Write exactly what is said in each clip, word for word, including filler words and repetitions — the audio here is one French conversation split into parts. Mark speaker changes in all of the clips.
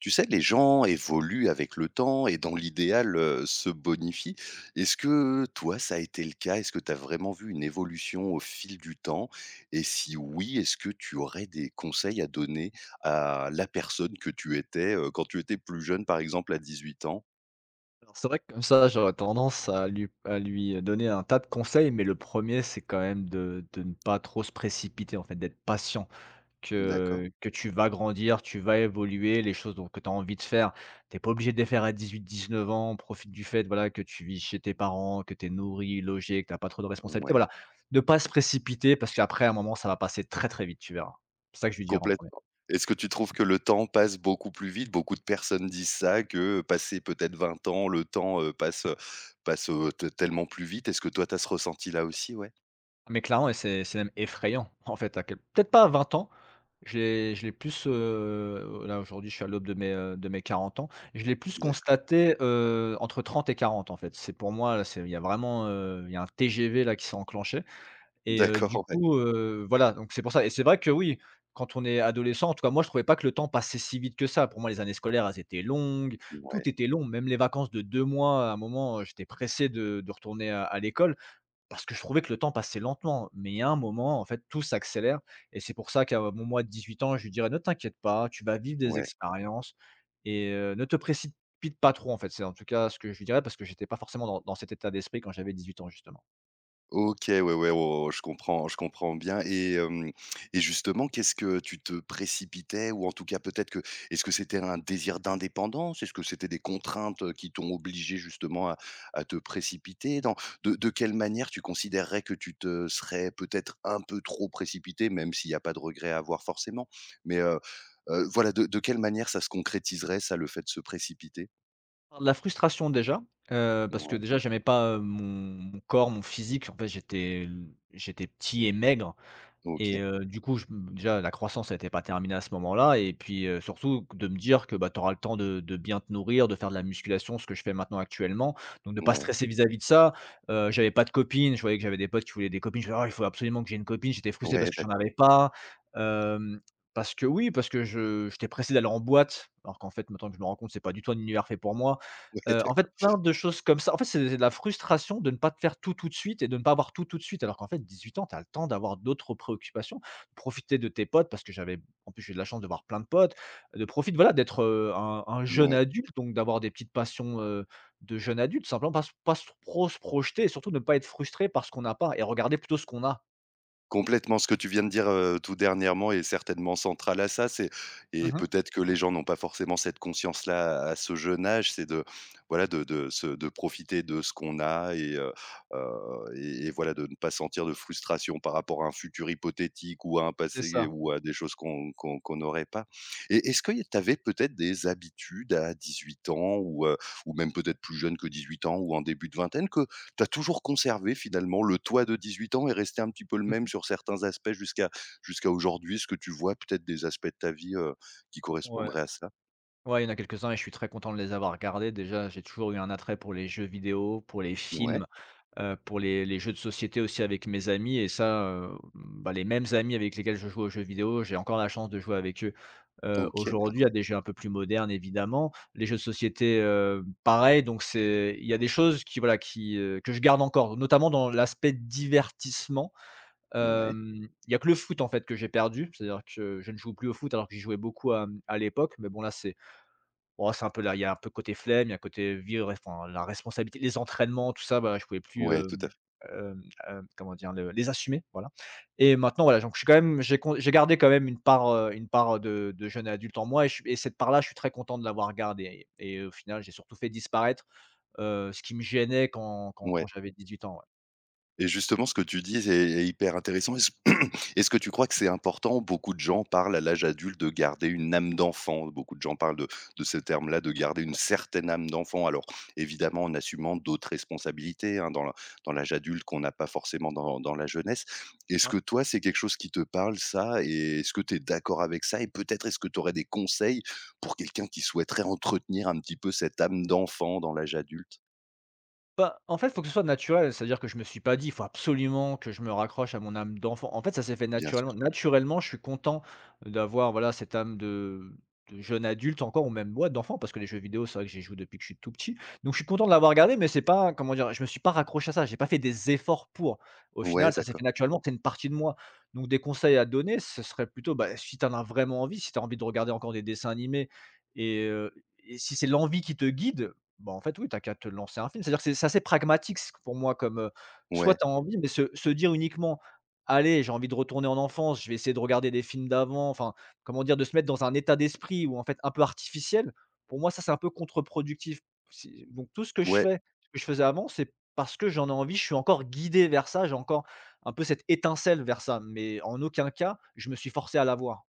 Speaker 1: Tu sais, les gens évoluent avec le temps et dans l'idéal, heu, se bonifient. Est-ce que toi, ça a été le cas? Est-ce que tu as vraiment vu une évolution au fil du temps? Et si oui, est-ce que tu aurais des conseils à donner à la personne que tu étais, heu, quand tu étais plus jeune, par exemple à dix-huit ans?
Speaker 2: Alors c'est vrai que comme ça, j'aurais tendance à lui à lui donner un tas de conseils, mais le premier, c'est quand même de de ne pas trop se précipiter, en fait, d'être patient.
Speaker 1: D'accord,
Speaker 2: Que que tu vas grandir, tu vas évoluer, les choses donc que tu as envie de faire, t'es pas obligé de les faire à dix-huit, dix-neuf ans. Profite du fait, voilà, que tu vis chez tes parents, que tu es nourri, logé, que tu as pas trop de responsabilités,
Speaker 1: ouais,
Speaker 2: voilà. Ne pas se précipiter parce qu'après, à un moment, ça va passer très, très vite, tu verras. C'est ça que je lui dirais en premier.
Speaker 1: complètement. Est-ce que tu trouves que le temps passe beaucoup plus vite? Beaucoup de personnes disent ça, que passé peut-être vingt ans, le temps, heu, passe, passe, heu, te tellement plus vite. Est-ce que toi, tu as ce ressenti là aussi? Ouais,
Speaker 2: Ah, mais clairement et c'est c'est même effrayant, en fait, à quel peut-être pas à vingt ans. Je l'ai je l'ai plus, heu, là aujourd'hui je suis à l'aube de mes, heu, de mes quarante ans, je l'ai plus
Speaker 1: d'accord,
Speaker 2: constaté, heu, entre trente et quarante en fait. C'est pour moi là, c'est il y a vraiment, heu, il y a un T G V là qui s'est enclenché et heu, du
Speaker 1: d'accord, ouais,
Speaker 2: coup, heu, voilà, donc c'est pour ça. Et c'est vrai que oui, quand on est adolescent, en tout cas moi je trouvais pas que le temps passait si vite que ça. Pour moi les années scolaires elles étaient longues,
Speaker 1: ouais,
Speaker 2: tout était long, même les vacances de deux mois à un moment, heu, j'étais pressé de de retourner à à l'école parce que je trouvais que le temps passait lentement, mais il y a un moment, en fait, tout s'accélère et c'est pour ça qu'à mon moi de dix-huit ans, je lui dirais: «Ne t'inquiète pas, tu vas vivre des
Speaker 1: ouais.
Speaker 2: expériences et heu, ne te précipite pas trop», en fait. C'est en tout cas ce que je lui dirais parce que j'étais pas forcément dans dans cet état d'esprit quand j'avais dix-huit ans, justement.
Speaker 1: OK, ouais, ouais, oh, je comprends je comprends bien et hem et justement, qu'est-ce que tu te précipitais ou en tout cas, peut-être que est-ce que c'était un désir d'indépendance? Est-ce que c'était des contraintes qui t'ont obligé justement à à te précipiter? Dans de de quelle manière tu considérerais que tu te serais peut-être un peu trop précipité, même s'il y a pas de regret à avoir forcément? Mais, heu heu, voilà, de de quelle manière ça se concrétiserait ça, le fait de se précipiter?
Speaker 2: De la frustration déjà, heu, parce que
Speaker 1: Ouais,
Speaker 2: déjà j'aimais pas, heu, mon mon corps, mon physique. En fait, j'étais j'étais petit et maigre. Et
Speaker 1: OK,
Speaker 2: heu, du coup, je déjà la croissance n'était pas terminée à ce moment-là et puis, heu, surtout de me dire que, bah, tu auras le temps de de bien te nourrir, de faire de la musculation, ce que je fais maintenant actuellement, donc de ne pas
Speaker 1: ouais,
Speaker 2: stresser vis-à-vis de ça. Heu, j'avais pas de copine, je voyais que j'avais des potes qui voulaient des copines, je fais: «Oh, il faut absolument que j'ai une copine». J'étais frustré
Speaker 1: ouais,
Speaker 2: parce que j'en
Speaker 1: d'accord.
Speaker 2: avais pas, hem, parce que oui, parce que je j'étais pressé d'aller en boîte, alors qu'en fait, maintenant que je me rends compte, c'est pas du tout un univers fait pour moi.
Speaker 1: Ouais,
Speaker 2: Heu, en fait,
Speaker 1: d'accord.
Speaker 2: plein de choses comme ça. En fait, c'est c'est de la frustration de ne pas te faire tout, tout de suite et de ne pas avoir tout, tout de suite. Alors qu'en fait, dix-huit ans, tu as le temps d'avoir d'autres préoccupations, profiter de tes potes parce que j'avais en plus, j'ai eu de la chance de voir plein de potes, de profiter voilà, d'être, heu, un un jeune
Speaker 1: Ouais,
Speaker 2: adulte, donc d'avoir des petites passions, heu, de jeune adulte, simplement pas se pas se trop se projeter et surtout ne pas être frustré par ce qu'on n'a pas et regarder plutôt ce qu'on a.
Speaker 1: complètement, ce que tu viens de dire, heu, tout dernièrement est certainement central à ça, c'est et
Speaker 2: Mmh,
Speaker 1: peut-être que les gens n'ont pas forcément cette conscience-là à ce jeune âge, c'est de, voilà, de de se de profiter de ce qu'on a et heu heu et et voilà, de ne pas sentir de frustration par rapport à un futur hypothétique ou à un
Speaker 2: c'est
Speaker 1: passé
Speaker 2: ça.
Speaker 1: ou à des choses qu'on qu'on qu'on n'aurait pas. Et est-ce que tu avais peut-être des habitudes à 18 ans ou heu, ou même peut-être plus jeune que 18 ans ou en début de vingtaine, que tu as toujours conservé? Finalement le toi de 18 ans est resté un petit peu le même
Speaker 2: Mmh.
Speaker 1: sur certains aspects jusqu'à jusqu'à aujourd'hui? Est-ce que tu vois peut-être des aspects de ta vie, heu, qui
Speaker 2: Ouais.
Speaker 1: correspondraient à ça?
Speaker 2: Ouais, il y en a quelques-uns et je suis très content de les avoir regardés. Déjà, j'ai toujours eu un attrait pour les jeux vidéo, pour les
Speaker 1: Ouais,
Speaker 2: films. heu, pour les les jeux de société aussi avec mes amis et ça, heu, bah, les mêmes amis avec lesquels je joue aux jeux vidéo, j'ai encore la chance de jouer avec eux, heu,
Speaker 1: OK,
Speaker 2: aujourd'hui à
Speaker 1: incroyable.
Speaker 2: des jeux un peu plus modernes évidemment. Les jeux de société, heu, pareil, donc c'est il y a des choses qui voilà qui, heu, que je garde encore, notamment dans l'aspect divertissement.
Speaker 1: Ouais,
Speaker 2: Hem, il y a que le foot en fait que j'ai perdu, c'est-à-dire que je ne joue plus au foot alors que j'y jouais beaucoup à, mmh, à l'époque, mais bon là c'est oh, c'est un peu là, il y a un peu côté flemme, il y a côté vie ouais, enfin, la responsabilité, les entraînements, tout ça, bah, je pouvais plus,
Speaker 1: ouais,
Speaker 2: hem,
Speaker 1: tout à fait,
Speaker 2: hem, hem, comment dire? Le les assumer, voilà. Et maintenant, voilà, donc je suis quand même j'ai con j'ai gardé quand même une part, heu, une part, de de jeune adulte en moi, et je et cette part-là, je suis très content de l'avoir gardée et au final, j'ai surtout fait disparaître, heu, ce qui me gênait quand quand quand
Speaker 1: ouais.
Speaker 2: j'avais huit ans,
Speaker 1: Et justement, ce que tu dis est est hyper intéressant. Est-ce Est-ce que tu crois que c'est important? Beaucoup de gens parlent, à l'âge adulte, de garder une âme d'enfant. Beaucoup de gens parlent de de ce terme-là, de garder une certaine âme d'enfant. Alors, évidemment, en assumant d'autres responsabilités, hein, dans la dans l'âge adulte qu'on n'a pas forcément dans dans la jeunesse. Est-ce
Speaker 2: ouais.
Speaker 1: que toi, c'est quelque chose qui te parle, ça? Et est-ce que tu es d'accord avec ça? Et peut-être, est-ce que tu aurais des conseils pour quelqu'un qui souhaiterait entretenir un petit peu cette âme d'enfant dans l'âge adulte?
Speaker 2: Bah, en fait, faut que ce soit naturel, c'est-à-dire que je me suis pas dit: «Il faut absolument que je me raccroche à mon âme d'enfant». En fait, ça s'est fait
Speaker 1: Bien sûr.
Speaker 2: naturellement. Naturellement, je suis content d'avoir, voilà, cette âme de de jeune adulte encore ou même, ouais, d'enfant parce que les jeux vidéo, c'est vrai que j'y joue depuis que je suis tout petit. Donc je suis content de l'avoir regardé, mais c'est pas, comment dire? Je me suis pas raccroché à ça, j'ai pas fait des efforts pour. Au final,
Speaker 1: Ouais,
Speaker 2: ça s'est
Speaker 1: d'accord.
Speaker 2: fait naturellement, c'est une partie de moi. Donc des conseils à donner, ce serait plutôt, bah, si tu en as vraiment envie, si tu as envie de regarder encore des dessins animés et heu et si c'est l'envie qui te guide, bah, en fait, oui, t'as qu'à te lancer un film. C'est-à-dire que c'est c'est assez pragmatique c pour moi comme, heu, soit
Speaker 1: Ouais.
Speaker 2: t'as envie, mais se se dire uniquement: «Allez, j'ai envie de retourner en enfance, je vais essayer de regarder des films d'avant», enfin, comment dire? De se mettre dans un état d'esprit où en fait un peu artificiel, pour moi, ça, c'est un peu contre-productif. Si donc tout ce que je
Speaker 1: Ouais.
Speaker 2: fais, ce que je faisais avant, c'est parce que j'en ai envie, je suis encore guidé vers ça, j'ai encore un peu cette étincelle vers ça, mais en aucun cas, je me suis forcé à l'avoir.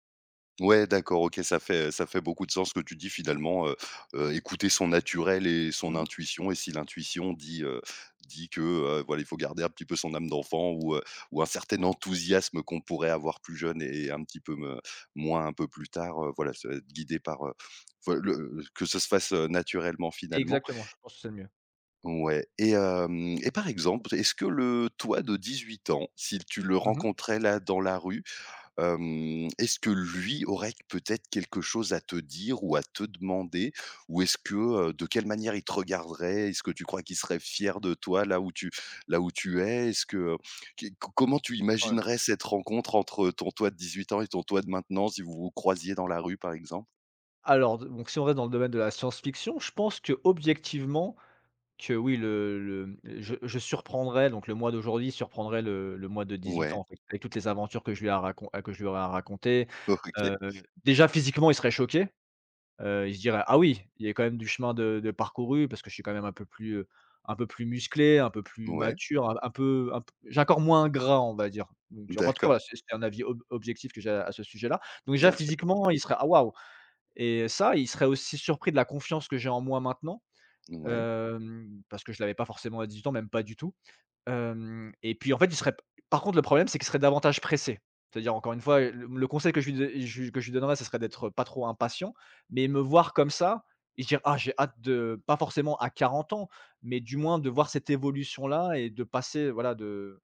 Speaker 1: Ouais, d'accord, OK, ça fait, ça fait beaucoup de sens, ce que tu dis finalement. Heu heu, écouter son naturel et son
Speaker 2: Mmh.
Speaker 1: intuition, et si l'intuition dit, heu, dit que, heu, voilà, il faut garder un petit peu son âme d'enfant, ou, heu, ou un certain enthousiasme qu'on pourrait avoir plus jeune et un petit peu me moins un peu plus tard, heu, voilà, se être guidé par, heu, enfin, le que ça se fasse, heu, naturellement finalement.
Speaker 2: Exactement, je pense que c'est le mieux.
Speaker 1: Ouais. Et hem et par exemple, est-ce que le toi de dix-huit ans, si tu le
Speaker 2: Mmh.
Speaker 1: rencontrais là dans la rue, Hem, est-ce que lui aurait peut-être quelque chose à te dire ou à te demander? Ou est-ce que, heu, de quelle manière il te regarderait? Est-ce que tu crois qu'il serait fier de toi, là où tu là où tu es? Est-ce que, heu, qui co comment tu
Speaker 2: Ouais.
Speaker 1: imaginerais cette rencontre entre ton toi de 18 ans et ton toi de maintenant, si vous vous croisiez dans la rue, par exemple?
Speaker 2: Alors d donc si on reste dans le domaine de la science-fiction, je pense que objectivement, que oui, le le, mmh, je je surprendrais donc le mois d'aujourd'hui surprendrait le le mois de dix-huit
Speaker 1: Ouais,
Speaker 2: ans, en fait, avec toutes les aventures que je lui a racon que je lui aurais à raconter.
Speaker 1: OK,
Speaker 2: Heu, déjà physiquement, il serait choqué, heu, il se dirait: «Ah oui, il y a quand même du chemin de de parcouru» parce que je suis quand même un peu plus, heu, un peu plus musclé, un peu plus
Speaker 1: ouais,
Speaker 2: mature, un un peu un p j'ai encore corps moins gras, on va dire. Donc enfin, en tout cas,
Speaker 1: d'accord,
Speaker 2: voilà, c'est c'est un avis ob objectif que j'ai à à ce sujet-là. Donc déjà
Speaker 1: bien sûr.
Speaker 2: physiquement, il serait: «Ah waouh !» Et ça, il serait aussi surpris de la confiance que j'ai en moi maintenant,
Speaker 1: Ouais,
Speaker 2: hem, parce que je l'avais pas forcément à dix-huit ans, même pas du tout. Hem et puis en fait, il serait par contre, le problème, c'est qu'il serait davantage pressé. C'est-à-dire encore une fois, le le conseil que je lui dé je que je lui donnerais, ce serait d'être pas trop impatient, mais me voir comme ça et se dire: «Ah, j'ai hâte de» pas forcément à quarante ans, mais du moins de voir cette évolution-là et de passer, voilà, de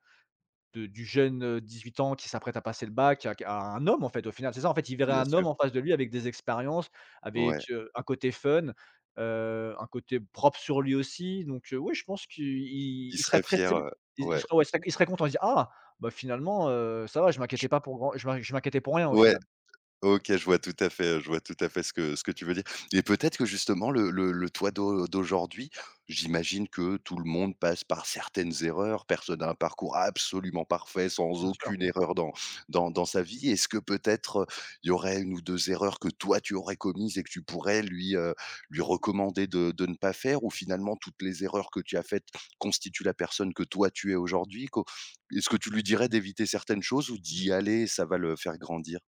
Speaker 2: de du jeune, heu, dix-huit ans qui s'apprête à passer le bac à à un homme, en fait, au final. C'est ça, en fait, il verrait
Speaker 1: bien
Speaker 2: un
Speaker 1: sûr,
Speaker 2: homme en face de lui avec des expériences,
Speaker 1: ouais.
Speaker 2: avec, heu, un côté fun, heu, un côté propre sur lui aussi. Donc, heu, oui, je pense qu'il il
Speaker 1: Il
Speaker 2: il serait
Speaker 1: serait
Speaker 2: pressé.
Speaker 1: fier, heu,
Speaker 2: Il il
Speaker 1: ouais,
Speaker 2: serait ouais, il serait il serait content. Il se dit: «Ah, bah, finalement, heu, ça va, je
Speaker 1: je
Speaker 2: m'inquiétais pas pour grand je m'in je m'inquiétais pour rien, au
Speaker 1: ouais.
Speaker 2: final».
Speaker 1: OK, je vois tout à fait, je vois tout à fait ce que ce que tu veux dire. Et peut-être que justement le le le toi d'au d'aujourd'hui, j'imagine que tout le monde passe par certaines erreurs, personne n'a un parcours absolument parfait, sans
Speaker 2: Bien sûr.
Speaker 1: aucune erreur dans dans dans sa vie. Est-ce que peut-être, heu, il y aurait une ou deux erreurs que toi tu aurais commises et que tu pourrais lui, heu, lui recommander de de ne pas faire? Ou finalement toutes les erreurs que tu as faites constituent la personne que toi tu es aujourd'hui? Co est-ce que tu lui dirais d'éviter certaines choses, ou d'y aller, ça va le faire grandir?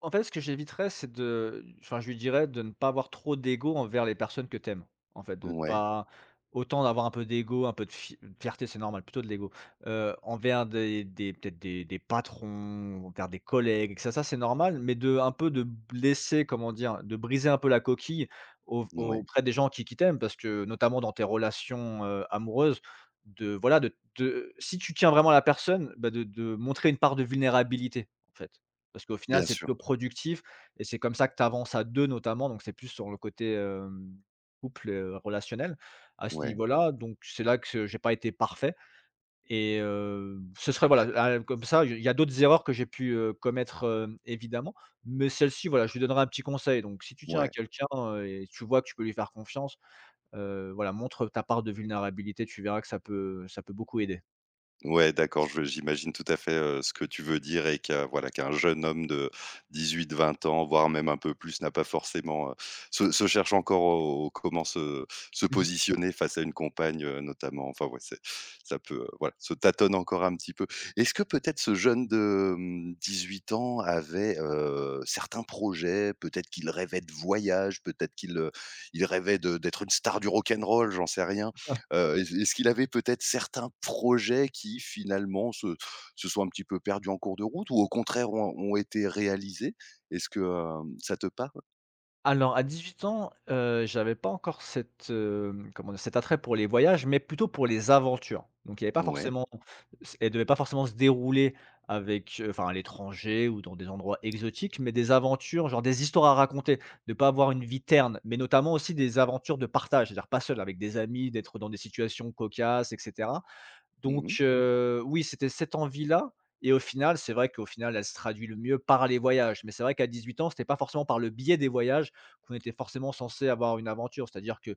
Speaker 2: En fait, ce que j'éviterais, c'est de enfin, je lui dirais de ne pas avoir trop d'ego envers les personnes que t'aimes. En fait, de ne
Speaker 1: Ouais.
Speaker 2: pas autant d'avoir un peu d'ego, un peu de fi de fierté, c'est normal, plutôt de l'ego, heu, envers des des peut-être des des patrons, envers des collègues et ça ça, c'est normal, mais de un peu de blesser, comment dire? De briser un peu la coquille au
Speaker 1: Ouais,
Speaker 2: auprès des gens qui qui t'aiment parce que notamment dans tes relations, heu, amoureuses, de voilà, de de si tu tiens vraiment à la personne, bah, de de montrer une part de vulnérabilité, en fait. Parce qu'au final,
Speaker 1: bien
Speaker 2: c'est
Speaker 1: sûr.
Speaker 2: plutôt productif et c'est comme ça que tu avances à deux notamment, donc c'est plus sur le côté, hem, couple, heu, relationnel à ce
Speaker 1: Ouais,
Speaker 2: niveau-là, donc c'est là que j'ai pas été parfait et heu, ce serait voilà, là, comme ça, il y a d'autres erreurs que j'ai pu, heu, commettre, hem, évidemment, mais celle-ci, voilà, je lui donnerai un petit conseil. Donc si tu tiens à
Speaker 1: ouais,
Speaker 2: quelqu'un, heu et tu vois que tu peux lui faire confiance, heu, voilà, montre ta part de vulnérabilité, tu verras que ça peut ça peut beaucoup aider.
Speaker 1: ouais, d'accord, je j'imagine tout à fait, heu, ce que tu veux dire, et qu'un voilà, qu'un jeune homme de 18-20 ans, voire même un peu plus, n'a pas forcément, heu, se se cherche encore au au comment se se
Speaker 2: Mmh.
Speaker 1: positionner face à une compagne, heu, notamment. Enfin, ouais, c'est, ça peut, heu, voilà, se tâtonne encore un petit peu. Est-ce que peut-être ce jeune de, mmh, 18 ans avait, heu, certains projets? Peut-être qu'il rêvait de voyage, peut-être qu'il, heu, il rêvait de d'être une star du rock and roll, j'en sais rien. Heu, est-ce est-ce qu'il avait peut-être certains projets qui finalement se se sont un petit peu perdus en cours de route, ou au contraire ont ont été réalisés? Est-ce que, hem, ça te parle?
Speaker 2: Alors à dix-huit ans, heu, j'avais pas encore cette, hem, comment dire? Cet attrait pour les voyages, mais plutôt pour les aventures. Donc il y avait pas
Speaker 1: Ouais.
Speaker 2: forcément, c elles devaient pas forcément se dérouler avec, heu, enfin à l'étranger ou dans des endroits exotiques, mais des aventures, genre des histoires à raconter, de pas avoir une vie terne, mais notamment aussi des aventures de partage, c'est-à-dire pas seul, avec des amis, d'être dans des situations cocasses et cetera. Donc
Speaker 1: Mmh.
Speaker 2: heu, oui, c'était cette envie-là et au final, c'est vrai qu'au final, elle se traduit le mieux par les voyages. Mais c'est vrai qu'à dix-huit ans, c'était pas forcément par le biais des voyages qu'on était forcément censé avoir une aventure. C'est-à-dire que,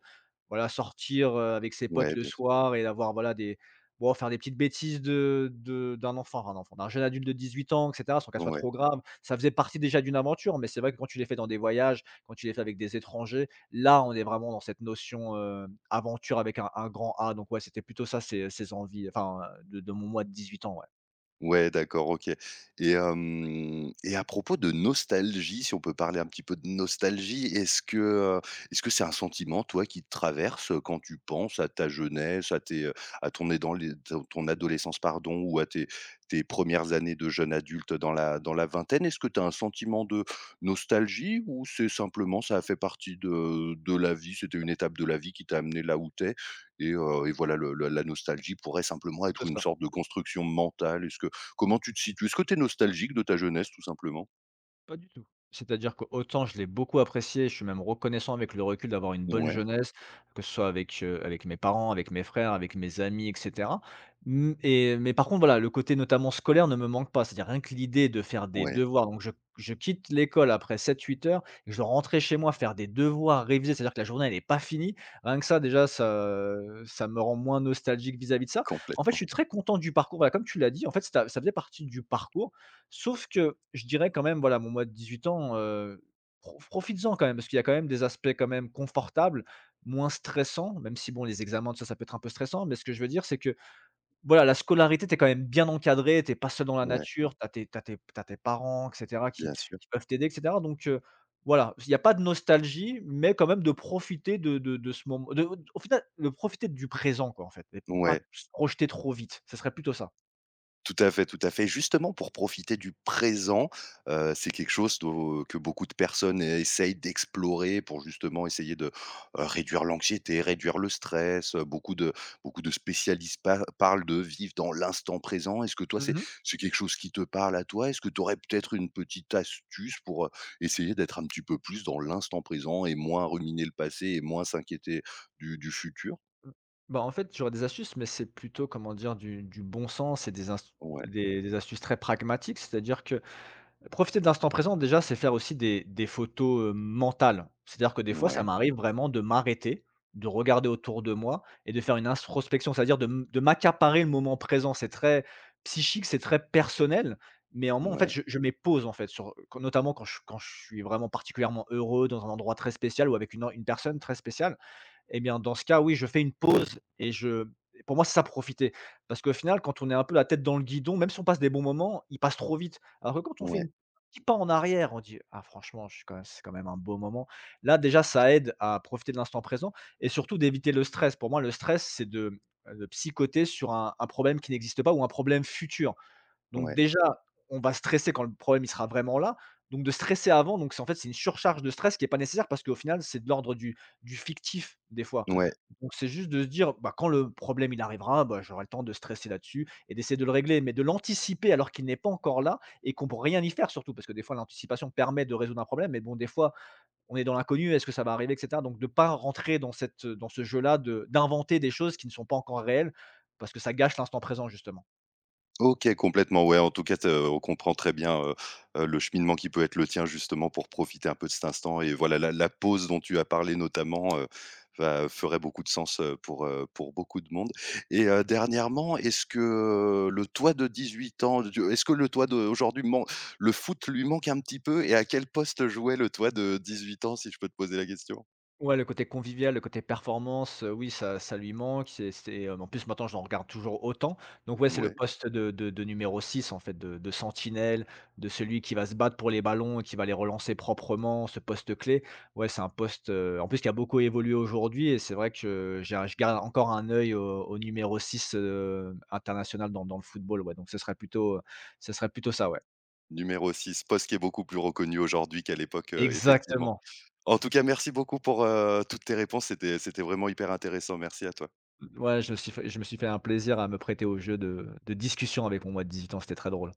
Speaker 2: voilà, sortir, heu, avec ses potes
Speaker 1: Ouais,
Speaker 2: le
Speaker 1: bien sûr.
Speaker 2: soir et avoir, voilà, des, bon, faire des petites bêtises de de d'un enfant un enfant, d'un jeune adulte de dix-huit ans et cetera, sans qu'elle soit
Speaker 1: Ouais.
Speaker 2: trop grave. Ça faisait partie déjà d'une aventure, mais c'est vrai que quand tu les fais dans des voyages, quand tu les fais avec des étrangers, là, on est vraiment dans cette notion, heu, aventure avec un un grand A. Donc ouais, c'était plutôt ça ces ses envies, enfin, de de mon mois de dix-huit ans, ouais,
Speaker 1: Ouais, d'accord, OK. Et hem et à propos de nostalgie, si on peut parler un petit peu de nostalgie, est-ce que, heu, est-ce que c'est un sentiment, toi, qui te traverse, quand tu penses à ta jeunesse, à tes, heu, à ton aidant les ton ton adolescence, pardon, ou à tes tes premières années de jeune adulte dans la dans la vingtaine? Est-ce que tu as un sentiment de nostalgie, ou c'est simplement, ça a fait partie de de la vie, c'était une étape de la vie qui t'a amené là où tu es, et heu et voilà, le le la nostalgie pourrait simplement être
Speaker 2: plutôt
Speaker 1: une
Speaker 2: ça.
Speaker 1: sorte de construction mentale? Est-ce que Comment tu te situes? Est-ce que tu es nostalgique de ta jeunesse, tout simplement?
Speaker 2: Pas du tout. C'est-à-dire que autant je l'ai beaucoup apprécié, je suis même reconnaissant avec le recul d'avoir une bonne
Speaker 1: Ouais,
Speaker 2: jeunesse, que ce soit avec, heu, avec mes parents, avec mes frères, avec mes amis et cetera. Mmh et mais par contre, voilà, le côté notamment scolaire ne me manque pas. C'est-à-dire rien que l'idée de faire des
Speaker 1: ouais,
Speaker 2: devoirs, donc je je quitte l'école après sept huit heures et je dois rentrer chez moi, faire des devoirs, réviser, c'est-à-dire que la journée elle est pas finie. Rien que ça déjà, ça, ça me rend moins nostalgique vis-à-vis de ça. En fait, je
Speaker 1: complètement.
Speaker 2: suis très content du parcours, voilà, comme tu l'as dit, en fait, ça ça faisait partie du parcours. Sauf que je dirais quand même, voilà, mon mois de dix-huit ans, heu, pro profites-en quand même, parce qu'il y a quand même des aspects quand même confortables, moins stressants. Même si bon, les examens, tout ça, ça peut être un peu stressant, mais ce que je veux dire, c'est que, voilà, la scolarité, tu es quand même bien encadré, tu pas seul dans la
Speaker 1: Ouais,
Speaker 2: nature, tu as tes, t'as tes t'as tes parents et cetera qui
Speaker 1: bien sûr.
Speaker 2: qui peuvent t'aider et cetera. Donc heu, voilà, il y a pas de nostalgie, mais quand même de profiter de de de ce moment, de, au final, de profiter du présent, quoi, en fait, et pas
Speaker 1: Ouais.
Speaker 2: se projeter trop vite, ce serait plutôt ça.
Speaker 1: Tout à fait, tout à fait. Justement, pour profiter du présent, heu, c'est quelque chose do que beaucoup de personnes essayent d'explorer pour, justement, essayer de, heu, réduire l'anxiété, réduire le stress, heu, beaucoup de beaucoup de spécialistes pa parlent de vivre dans l'instant présent. Est-ce que toi, c'est
Speaker 2: Mmh.
Speaker 1: c'est quelque chose qui te parle, à toi? Est-ce que tu aurais peut-être une petite astuce pour, heu, essayer d'être un petit peu plus dans l'instant présent et moins ruminer le passé, et moins s'inquiéter du du futur?
Speaker 2: Mmh. Bah, en fait, j'aurais des astuces, mais c'est plutôt, comment dire, du du bon sens et des inst
Speaker 1: Ouais,
Speaker 2: des des astuces très pragmatiques. C'est-à-dire que profiter de l'instant présent, déjà, c'est faire aussi des des photos, heu, mentales. C'est-à-dire que des fois, ça
Speaker 1: ouais,
Speaker 2: m'arrive vraiment de m'arrêter, de regarder autour de moi et de faire une introspection, c'est-à-dire de m de m'accaparer le moment présent. C'est très psychique, c'est très personnel, mais en moi, en fait,
Speaker 1: ouais,
Speaker 2: je je mets pause, en fait, sur quand, notamment quand je quand je suis vraiment particulièrement heureux dans un endroit très spécial ou avec une une personne très spéciale. Eh bien, dans ce cas, oui, je fais une pause et je Et pour moi, c'est ça profiter. Parce qu'au final, quand on est un peu la tête dans le guidon, même si on passe des bons moments, ils passent trop vite. Alors que quand on fait
Speaker 1: ouais,
Speaker 2: un petit pas en arrière, on dit: «Ah, franchement, je suis quand même, c'est quand même un beau moment.» Là, déjà, ça aide à profiter de l'instant présent et surtout d'éviter le stress. Pour moi, le stress, c'est de, de psychoter sur un un problème qui n'existe pas ou un problème futur. Donc
Speaker 1: ouais,
Speaker 2: déjà, on va stresser quand le problème il sera vraiment là. Donc de stresser avant, donc c'est, en fait, c'est une surcharge de stress qui est pas nécessaire parce qu'au final, c'est de l'ordre du du fictif des fois.
Speaker 1: ouais.
Speaker 2: Donc c'est juste de se dire: «Bah, quand le problème il arrivera, bah, j'aurai le temps de stresser là-dessus et d'essayer de le régler.» Mais de l'anticiper alors qu'il n'est pas encore là et qu'on peut rien y faire surtout, parce que des fois l'anticipation permet de résoudre un problème, mais bon, des fois, on est dans l'inconnu, est-ce que ça va arriver et cetera? Donc de pas rentrer dans cette, dans ce jeu-là de d'inventer des choses qui ne sont pas encore réelles, parce que ça gâche l'instant présent justement.
Speaker 1: OK, complètement, ouais, en tout cas, te on comprend très bien, heu heu, le cheminement qui peut être le tien, justement, pour profiter un peu de cet instant, et voilà, la la pause dont tu as parlé, notamment, heu, va ferait beaucoup de sens, heu, pour, heu, pour beaucoup de monde. Et heu, dernièrement, est-ce que, heu, le toi de 18 ans, de est-ce que le toi d'aujourd'hui, le foot lui manque un petit peu? Et à quel poste jouait le toi de 18 ans, si je peux te poser la question?
Speaker 2: Ouais, le côté convivial, le côté performance, heu, oui, ça ça lui manque. C'est c'est, hem, en plus, maintenant, j'en regarde toujours autant. Donc ouais, c'est le
Speaker 1: Ouais,
Speaker 2: poste de de de numéro six, en fait, de de sentinelle, de celui qui va se battre pour les ballons et qui va les relancer proprement, ce poste clé. Ouais, c'est un poste, heu, en plus, qui a beaucoup évolué aujourd'hui et c'est vrai que j'ai un je garde encore un œil au au numéro six, heu, international dans dans le football, ouais. Donc ce serait plutôt, ce serait plutôt ça, ouais.
Speaker 1: numéro six, poste qui est beaucoup plus reconnu aujourd'hui qu'à l'époque, heu, effectivement.
Speaker 2: Exactement.
Speaker 1: En tout cas, merci beaucoup pour, heu, toutes tes réponses. C'était c'était vraiment hyper intéressant. Merci à toi.
Speaker 2: Mmh, ouais, je me suis fait je me suis fait un plaisir à me prêter au jeu de de discussion avec mon moi de dix-huit ans, c'était très drôle.